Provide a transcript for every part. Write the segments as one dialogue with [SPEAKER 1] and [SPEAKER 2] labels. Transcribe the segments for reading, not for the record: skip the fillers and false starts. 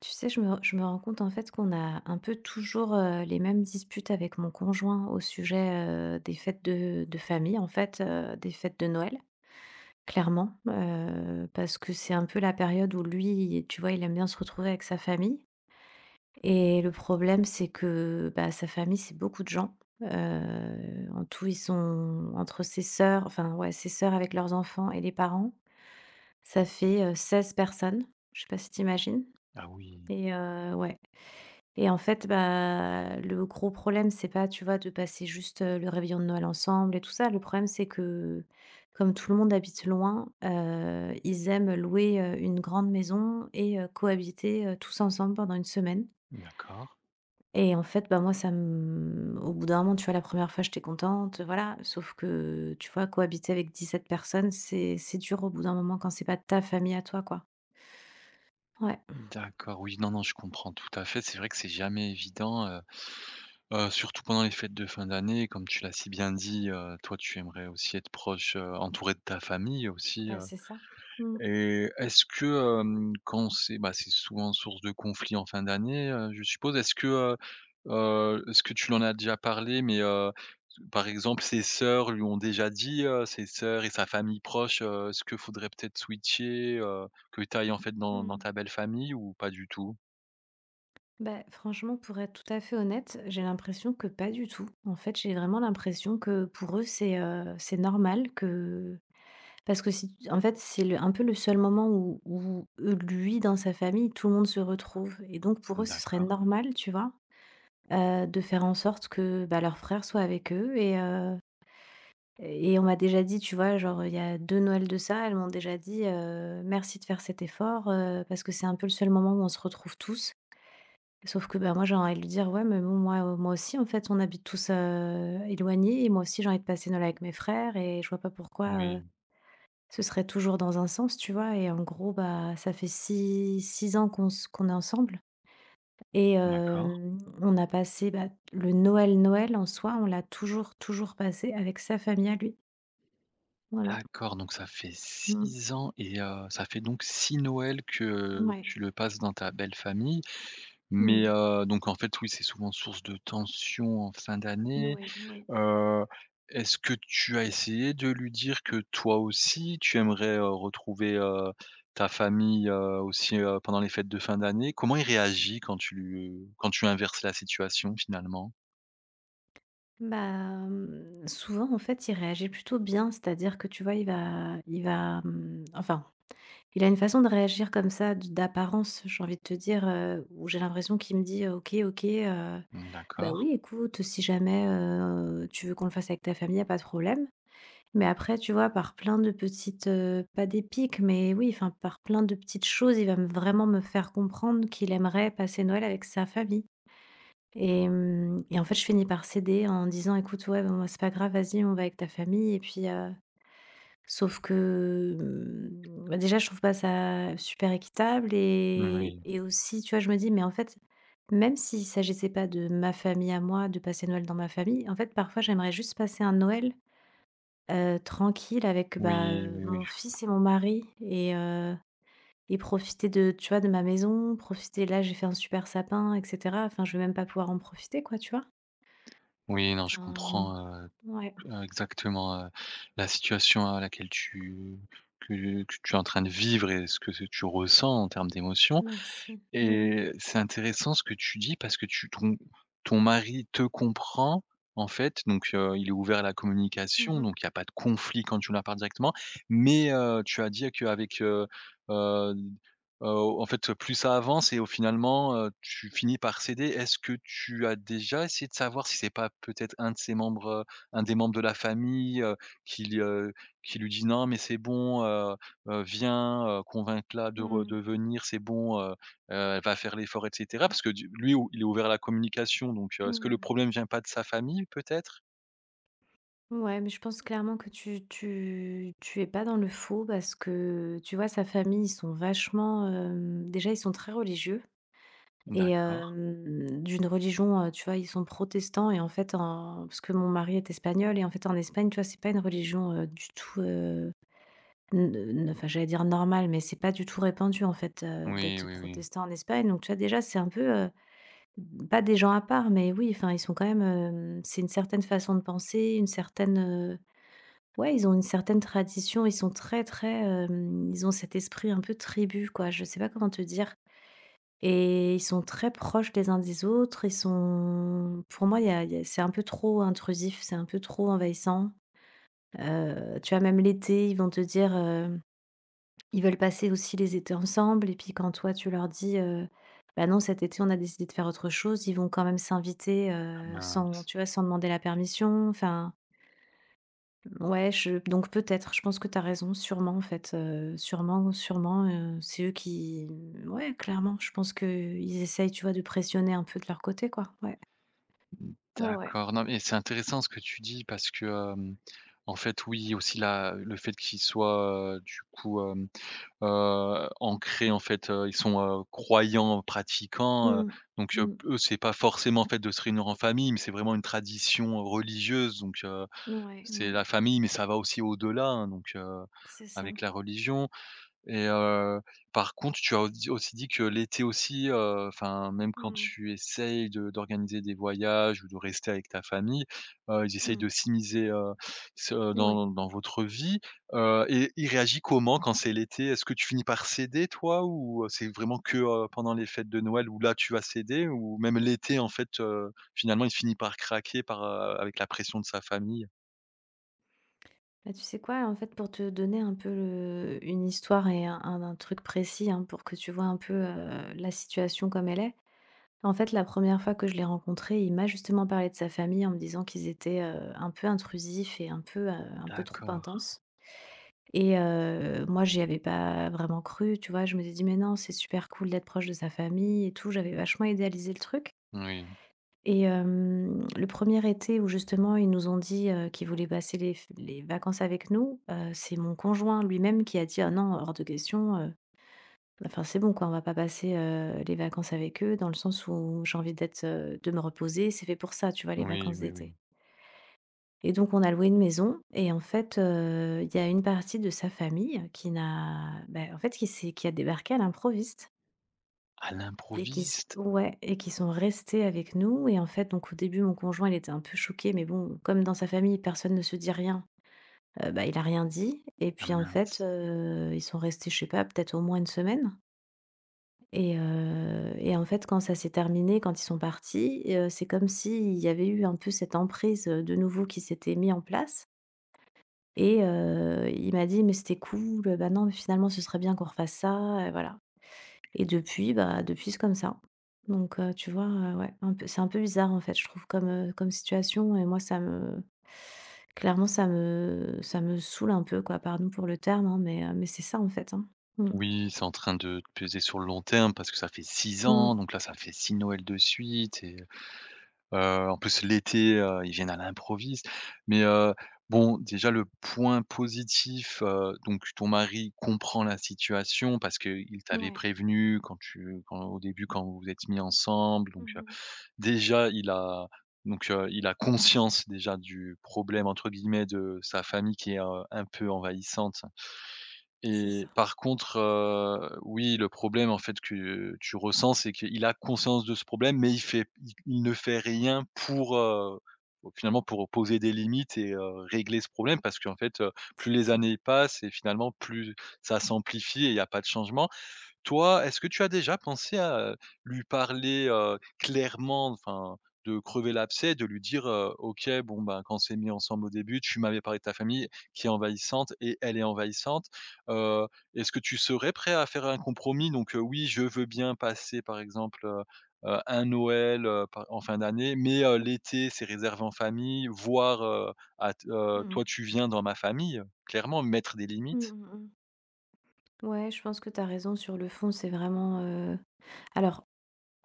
[SPEAKER 1] Tu sais, je me rends compte en fait qu'on a un peu toujours les mêmes disputes avec mon conjoint au sujet des fêtes de famille, en fait, des fêtes de Noël, clairement, parce que c'est un peu la période où lui, tu vois, il aime bien se retrouver avec sa famille. Et le problème, c'est que bah, sa famille, c'est beaucoup de gens. En tout, ils sont entre ses sœurs, enfin, ouais, ses sœurs avec leurs enfants et les parents. Ça fait 16 personnes. Je sais pas si t'imagines.
[SPEAKER 2] Ah oui,
[SPEAKER 1] Et ouais. Et en fait, bah, le gros problème, c'est pas, tu vois, de passer juste, le réveillon de Noël ensemble et tout ça. Le problème, c'est que, comme tout le monde habite loin, ils aiment louer, une grande maison et cohabiter, tous ensemble pendant une semaine.
[SPEAKER 2] d'accord.
[SPEAKER 1] Et en fait, bah, moi, ça me au bout d'un moment, tu vois, la première fois, j'étais contente, voilà. Sauf que, tu vois, cohabiter avec 17 personnes, c'est dur au bout d'un moment quand c'est pas de ta famille à toi, quoi. Ouais,
[SPEAKER 2] D'accord, oui, non, non, je comprends tout à fait. C'est vrai que c'est jamais évident, surtout pendant les fêtes de fin d'année. Comme tu l'as si bien dit, toi, tu aimerais aussi être proche, entouré de ta famille aussi.
[SPEAKER 1] bah, c'est ça. Mmh.
[SPEAKER 2] Et est-ce que, quand c'est bah, c'est souvent source de conflit en fin d'année, je suppose. Est-ce que tu l'en as déjà parlé, mais, par exemple, ses sœurs lui ont déjà dit, ses sœurs et sa famille proche, est-ce que faudrait peut-être switcher, que tu ailles en fait dans
[SPEAKER 1] Mmh.
[SPEAKER 2] ta belle famille ou pas du tout?
[SPEAKER 1] Bah, franchement, pour être tout à fait honnête, j'ai l'impression que pas du tout. En fait, j'ai vraiment l'impression que pour eux, c'est normal que... Parce que, si... en fait, un peu le seul moment où eux, lui, dans sa famille, tout le monde se retrouve. Et donc, pour eux, ce serait
[SPEAKER 2] D'accord,
[SPEAKER 1] normal, tu vois, de faire en sorte que bah, leur frère soit avec eux. Et on m'a déjà dit, tu vois, genre, il y a deux Noëls de ça, elles m'ont déjà dit merci de faire cet effort, parce que c'est un peu le seul moment où on se retrouve tous. Sauf que, bah, moi, j'ai envie de lui dire: «Ouais, mais bon, moi aussi, en fait, on habite tous, éloignés et moi aussi, j'ai envie de passer Noël avec mes frères et je vois pas pourquoi,
[SPEAKER 2] oui,
[SPEAKER 1] ce serait toujours dans un sens», tu vois? Et en gros, bah, ça fait six ans qu'on est ensemble et
[SPEAKER 2] d'accord.
[SPEAKER 1] on a passé, bah, le Noël, en soi, on l'a toujours, toujours passé avec sa famille à lui. Voilà.
[SPEAKER 2] D'accord, donc ça fait
[SPEAKER 1] Mmh.
[SPEAKER 2] 6 ans et, ça fait donc 6 Noëls que
[SPEAKER 1] Ouais.
[SPEAKER 2] tu le passes dans ta belle famille. Mais
[SPEAKER 1] Mmh.
[SPEAKER 2] donc en fait, oui, c'est souvent source de tension en fin d'année.
[SPEAKER 1] Oui, oui.
[SPEAKER 2] Heu, Est-ce que tu as essayé de lui dire que toi aussi, tu aimerais, retrouver, ta famille, aussi, pendant les fêtes de fin d'année? Comment il réagit quand tu inverses la situation finalement?
[SPEAKER 1] Bah, souvent, en fait, il réagit plutôt bien. C'est-à-dire que, tu vois, il va, enfin il a une façon de réagir comme ça, d'apparence, j'ai envie de te dire, où j'ai l'impression qu'il me dit: «OK, OK,
[SPEAKER 2] Mmh,
[SPEAKER 1] bah,
[SPEAKER 2] d'accord.
[SPEAKER 1] oui, écoute, si jamais, tu veux qu'on le fasse avec ta famille, y a pas de problème». Mais après, tu vois, par plein de petites, pas des piques, mais oui, enfin, par plein de petites choses, il va me vraiment me faire comprendre qu'il aimerait passer Noël avec sa famille. Et en fait, je finis par céder en disant: «Écoute, ouais, bon, bah, moi, c'est pas grave, vas-y, on va avec ta famille et puis, heu». Sauf que, bah, déjà je trouve pas ça super équitable et
[SPEAKER 2] Oui.
[SPEAKER 1] et aussi, tu vois, je me dis: «Mais en fait, même s'il s'agissait pas de ma famille à moi, de passer Noël dans ma famille, en fait, parfois j'aimerais juste passer un Noël, tranquille avec, bah,
[SPEAKER 2] Oui, oui,
[SPEAKER 1] mon
[SPEAKER 2] oui.
[SPEAKER 1] fils et mon mari et profiter de, tu vois, de ma maison, profiter là, j'ai fait un super sapin et cetera». Enfin, je vais même pas pouvoir en profiter, quoi, tu vois?
[SPEAKER 2] Oui, non, je
[SPEAKER 1] Enfin,
[SPEAKER 2] comprends,
[SPEAKER 1] ouais,
[SPEAKER 2] exactement, la situation à laquelle tu que tu es en train de vivre et ce que tu ressens en termes d'émotions.
[SPEAKER 1] merci, ouais.
[SPEAKER 2] Et c'est intéressant ce que tu dis parce que tu ton ton mari te comprend, en fait, donc il est ouvert à la
[SPEAKER 1] Mmh
[SPEAKER 2] communication,
[SPEAKER 1] mh.
[SPEAKER 2] donc il y a pas de conflit quand tu leur parles directement. Mais tu as dit qu'avec, heu en fait, plus ça avance et au finalement, tu finis par céder. Est-ce que tu as déjà essayé de savoir si c'est pas peut-être un de ses membres, un des membres de la famille, qui li heu, qui lui dit: «Non mais c'est bon, viens, convainc-la
[SPEAKER 1] Mmh.
[SPEAKER 2] de venir, c'est bon. Elle va faire l'effort et cetera parce que du lui ou il est ouvert à la communication donc, est-ce que le
[SPEAKER 1] Mmh.
[SPEAKER 2] problème vient pas de sa famille peut-être?»
[SPEAKER 1] Ouais, mais je pense clairement que tu es pas dans le faux parce que, tu vois, sa famille, ils sont vachement, déjà, ils sont très religieux et
[SPEAKER 2] D'accord.
[SPEAKER 1] d'une religion, tu vois, ils sont protestants et en fait, en parce que mon mari est espagnol et en fait, en Espagne, tu vois, c'est pas une religion, du tout, n n enfin, j'allais dire normale, mais c'est pas du tout répandu, en fait,
[SPEAKER 2] Oui,
[SPEAKER 1] d'être
[SPEAKER 2] oui, oui.
[SPEAKER 1] protestant en Espagne. Donc, tu vois, déjà, c'est un peu, pas des gens à part, mais oui, enfin, ils sont quand même, c'est une certaine façon de penser, une certaine. Ouais, ils ont une certaine tradition, ils sont très, très, ils ont cet esprit un peu tribu, quoi, je sais pas comment te dire et ils sont très proches les uns des autres, ils sont pour moi, il y a c'est un peu trop intrusif, c'est un peu trop envahissant, tu vois, même l'été, ils vont te dire, ils veulent passer aussi les étés ensemble et puis quand toi, tu leur dis, «Bah, non, cet été, on a décidé de faire autre chose», ils vont quand même s'inviter,
[SPEAKER 2] Ah
[SPEAKER 1] sans
[SPEAKER 2] mince,
[SPEAKER 1] tu vois, sans demander la permission, enfin. Ouais, je donc peut-être, je pense que tu as raison, sûrement en fait, sûrement, sûrement, c'est eux qui ouais, clairement, je pense que ils essayent, tu vois, de pressionner un peu de leur côté, quoi. Ouais, ouais, ouais.
[SPEAKER 2] d'accord. Non mais c'est intéressant ce que tu dis parce que, hem, en fait, oui, aussi la le fait qu'ils soient, du coup, ancrés en fait, ils sont, croyants, pratiquants,
[SPEAKER 1] Mmh.
[SPEAKER 2] donc,
[SPEAKER 1] Mmh.
[SPEAKER 2] eux, c'est pas forcément en fait de se réunir en famille, mais c'est vraiment une tradition religieuse, donc.
[SPEAKER 1] Ouais,
[SPEAKER 2] C'est
[SPEAKER 1] ouais,
[SPEAKER 2] la famille, mais ça va aussi au-delà, hein, donc,
[SPEAKER 1] c'est ça.
[SPEAKER 2] avec la religion. Et, par contre, tu as audi aussi dit que l'été aussi, enfin, même quand
[SPEAKER 1] Mmh.
[SPEAKER 2] tu essayes de d'organiser des voyages ou de rester avec ta famille, ils essayent
[SPEAKER 1] Mmh.
[SPEAKER 2] de s'immiscer, s
[SPEAKER 1] Ouais.
[SPEAKER 2] dans votre vie, et ils réagissent comment quand c'est l'été? Est-ce que tu finis par céder toi ou, c'est vraiment que, pendant les fêtes de Noël où là, tu vas céder ou même l'été, en fait, finalement, il finit par craquer par, avec la pression de sa famille?
[SPEAKER 1] Bah, tu sais quoi? En fait, pour te donner un peu le une histoire et un truc précis, hein, pour que tu vois un peu, la situation comme elle est. En fait, la première fois que je l'ai rencontré, il m'a justement parlé de sa famille en me disant qu'ils étaient, un peu intrusifs et un peu trop
[SPEAKER 2] D'accord.
[SPEAKER 1] intenses et moi, j'y avais pas vraiment cru, tu vois? Je me suis dit: «Mais non, c'est super cool d'être proche de sa famille et tout». J'avais vachement idéalisé le truc
[SPEAKER 2] Oui,
[SPEAKER 1] et le premier été où justement ils nous ont dit, qu'ils voulaient passer les vacances avec nous, c'est mon conjoint lui-même qui a dit: «Ah non, hors de question, enfin, c'est bon, quoi, on va pas passer, les vacances avec eux dans le sens où j'ai envie d'être, de me reposer, c'est fait pour ça, tu vois, les
[SPEAKER 2] oui,
[SPEAKER 1] vacances
[SPEAKER 2] oui, oui.
[SPEAKER 1] d'été et donc on a loué une maison et en fait, il y a une partie de sa famille qui n'a bah, en fait, qui s'est qui a débarqué à l'improviste
[SPEAKER 2] À
[SPEAKER 1] et qui s
[SPEAKER 2] l'improviste?
[SPEAKER 1] ouais et qui sont restés avec nous et en fait, donc au début, mon conjoint, il était un peu choqué mais bon, comme dans sa famille, personne ne se dit rien, bah, il a rien dit et
[SPEAKER 2] Ah
[SPEAKER 1] puis, en fait,
[SPEAKER 2] mince.
[SPEAKER 1] ils sont restés, je sais pas, peut-être au moins une semaine. Et en fait, quand ça s'est terminé, quand ils sont partis, c'est comme s'il y avait eu un peu cette emprise, de nouveau qui s'était mis en place et il m'a dit: «Mais c'était cool, bah, non, mais finalement, ce serait bien qu'on refasse ça», voilà. Et depuis, bah, depuis, c'est comme ça. Donc tu vois, ouais, un peu c'est un peu bizarre, en fait, je trouve comme, comme situation et moi, ça me clairement, ça me saoule un peu, quoi. Pardon pour le terme, hein, mais mais c'est ça, en fait, hein. Mmh.
[SPEAKER 2] Oui, c'est en train de te peser sur le long terme parce que ça fait 6 ans,
[SPEAKER 1] Mmh.
[SPEAKER 2] donc là, ça fait 6 Noël de suite. Et, en plus l'été, ils viennent à l'improviste. Mais bon, déjà le point positif, donc ton mari comprend la situation parce que il t'avait
[SPEAKER 1] Ouais.
[SPEAKER 2] prévenu quand au début, quand vous vous êtes mis ensemble, donc.
[SPEAKER 1] Mmh.
[SPEAKER 2] Déjà, il a conscience déjà du «problème» entre guillemets de sa famille qui est, un peu envahissante.
[SPEAKER 1] C'est
[SPEAKER 2] Et
[SPEAKER 1] ça,
[SPEAKER 2] par contre, oui, le problème en fait que tu ressens, c'est qu'il a conscience de ce problème, mais il ne fait rien pour, finalement pour poser des limites et, régler ce problème, parce qu'en fait, plus
[SPEAKER 1] c'est
[SPEAKER 2] les
[SPEAKER 1] ça.
[SPEAKER 2] années passent et finalement plus ça s'amplifie et il n'y a pas de changement. Toi, est-ce que tu as déjà pensé à lui parler, clairement, enfin, de crever l'abcès, de lui dire: «OK, bon, ben, quand on s'est mis ensemble au début, tu m'avais parlé de ta famille qui est envahissante et elle est envahissante.» Heu, Est-ce que tu serais prêt à faire un compromis? Donc, oui, je veux bien passer, par exemple, un Noël, par en fin d'année, mais, l'été, c'est réservé en famille, voire, à t
[SPEAKER 1] Mmh mh.
[SPEAKER 2] toi, tu viens dans ma famille, clairement, mettre des
[SPEAKER 1] Mmh
[SPEAKER 2] limites.
[SPEAKER 1] mh. Ouais, je pense que tu as raison sur le fond, c'est vraiment, alors,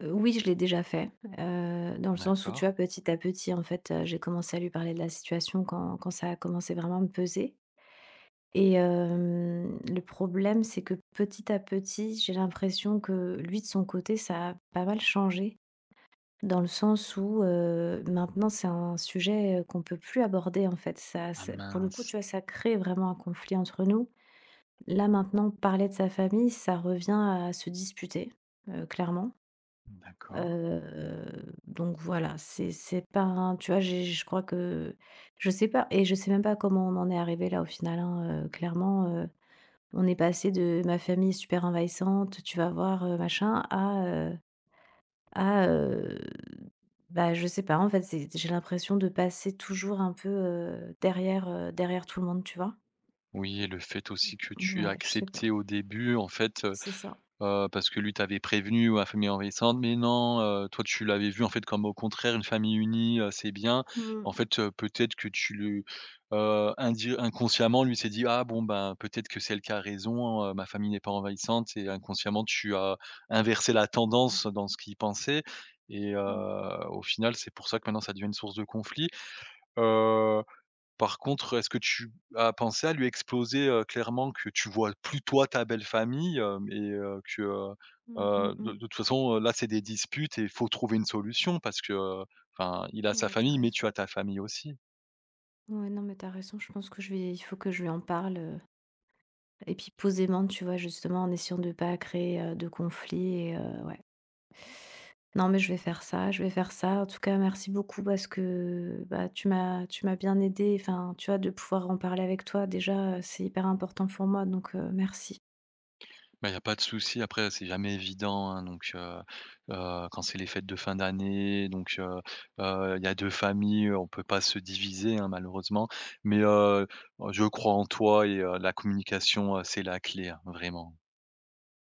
[SPEAKER 1] oui, je l'ai déjà fait, dans le sens où,
[SPEAKER 2] D'accord.
[SPEAKER 1] tu vois, petit à petit, en fait, j'ai commencé à lui parler de la situation quand ça a commencé vraiment à me peser et le problème, c'est que petit à petit, j'ai l'impression que lui, de son côté, ça a pas mal changé dans le sens où, maintenant, c'est un sujet, qu'on peut plus aborder, en fait. Ça
[SPEAKER 2] Ah
[SPEAKER 1] ça pour le coup,
[SPEAKER 2] mince!
[SPEAKER 1] tu vois, ça crée vraiment un conflit entre nous. Là, maintenant, parler de sa famille, ça revient à se disputer, clairement. Donc voilà, c'est pas un tu vois, j'ai je crois que je sais pas et je sais même pas comment on en est arrivé là, au final, hein, clairement, on est passé de «ma famille est super envahissante, tu vas voir, machin» à, bah, je sais pas, en fait, c'est j'ai l'impression de passer toujours un peu, derrière tout le monde, tu vois?
[SPEAKER 2] Oui, et le fait aussi que tu as
[SPEAKER 1] Ouais, je sais pas.
[SPEAKER 2] accepté au début en fait,
[SPEAKER 1] C'est ça.
[SPEAKER 2] parce que lui t'avait prévenu ou la famille envahissante, mais non, toi tu l'avais vu en fait comme au contraire une famille unie, c'est bien.
[SPEAKER 1] Mmh.
[SPEAKER 2] En fait, peut-être que tu le indi inconsciemment lui s'est dit: «Ah bon ben peut-être que celle qui a raison, ma famille n'est pas envahissante», et inconsciemment tu as inversé la tendance dans ce qu'il pensait. Et,
[SPEAKER 1] Mmh.
[SPEAKER 2] au final c'est pour ça que maintenant ça devient une source de conflit. heu Par contre, est-ce que tu as pensé à lui exposer, clairement que tu vois plus toi ta belle famille, et, que,
[SPEAKER 1] Mmh, mmh
[SPEAKER 2] de
[SPEAKER 1] mh.
[SPEAKER 2] toute façon, là, c'est des disputes et il faut trouver une solution parce que, enfin, il a sa
[SPEAKER 1] Ouais, t'as
[SPEAKER 2] famille, mais
[SPEAKER 1] raison.
[SPEAKER 2] tu as ta famille aussi?
[SPEAKER 1] Ouais, non, mais t'as raison. Je pense que je vais il faut que je lui en parle, et puis posément, tu vois? Justement, en essayant de pas créer, de conflit et ouais. Non, mais je vais faire ça, je vais faire ça. En tout cas, merci beaucoup parce que, bah, tu m'as bien aidé. Enfin, tu vois? De pouvoir en parler avec toi, déjà, c'est hyper important pour moi, donc merci.
[SPEAKER 2] Bah, il y a pas de souci. Après, c'est jamais évident, hein, donc, quand c'est les fêtes de fin d'année, donc, il y a 2 familles, on peut pas se diviser, hein, malheureusement. Mais, je crois en toi et, la communication, c'est la clé, hein, vraiment.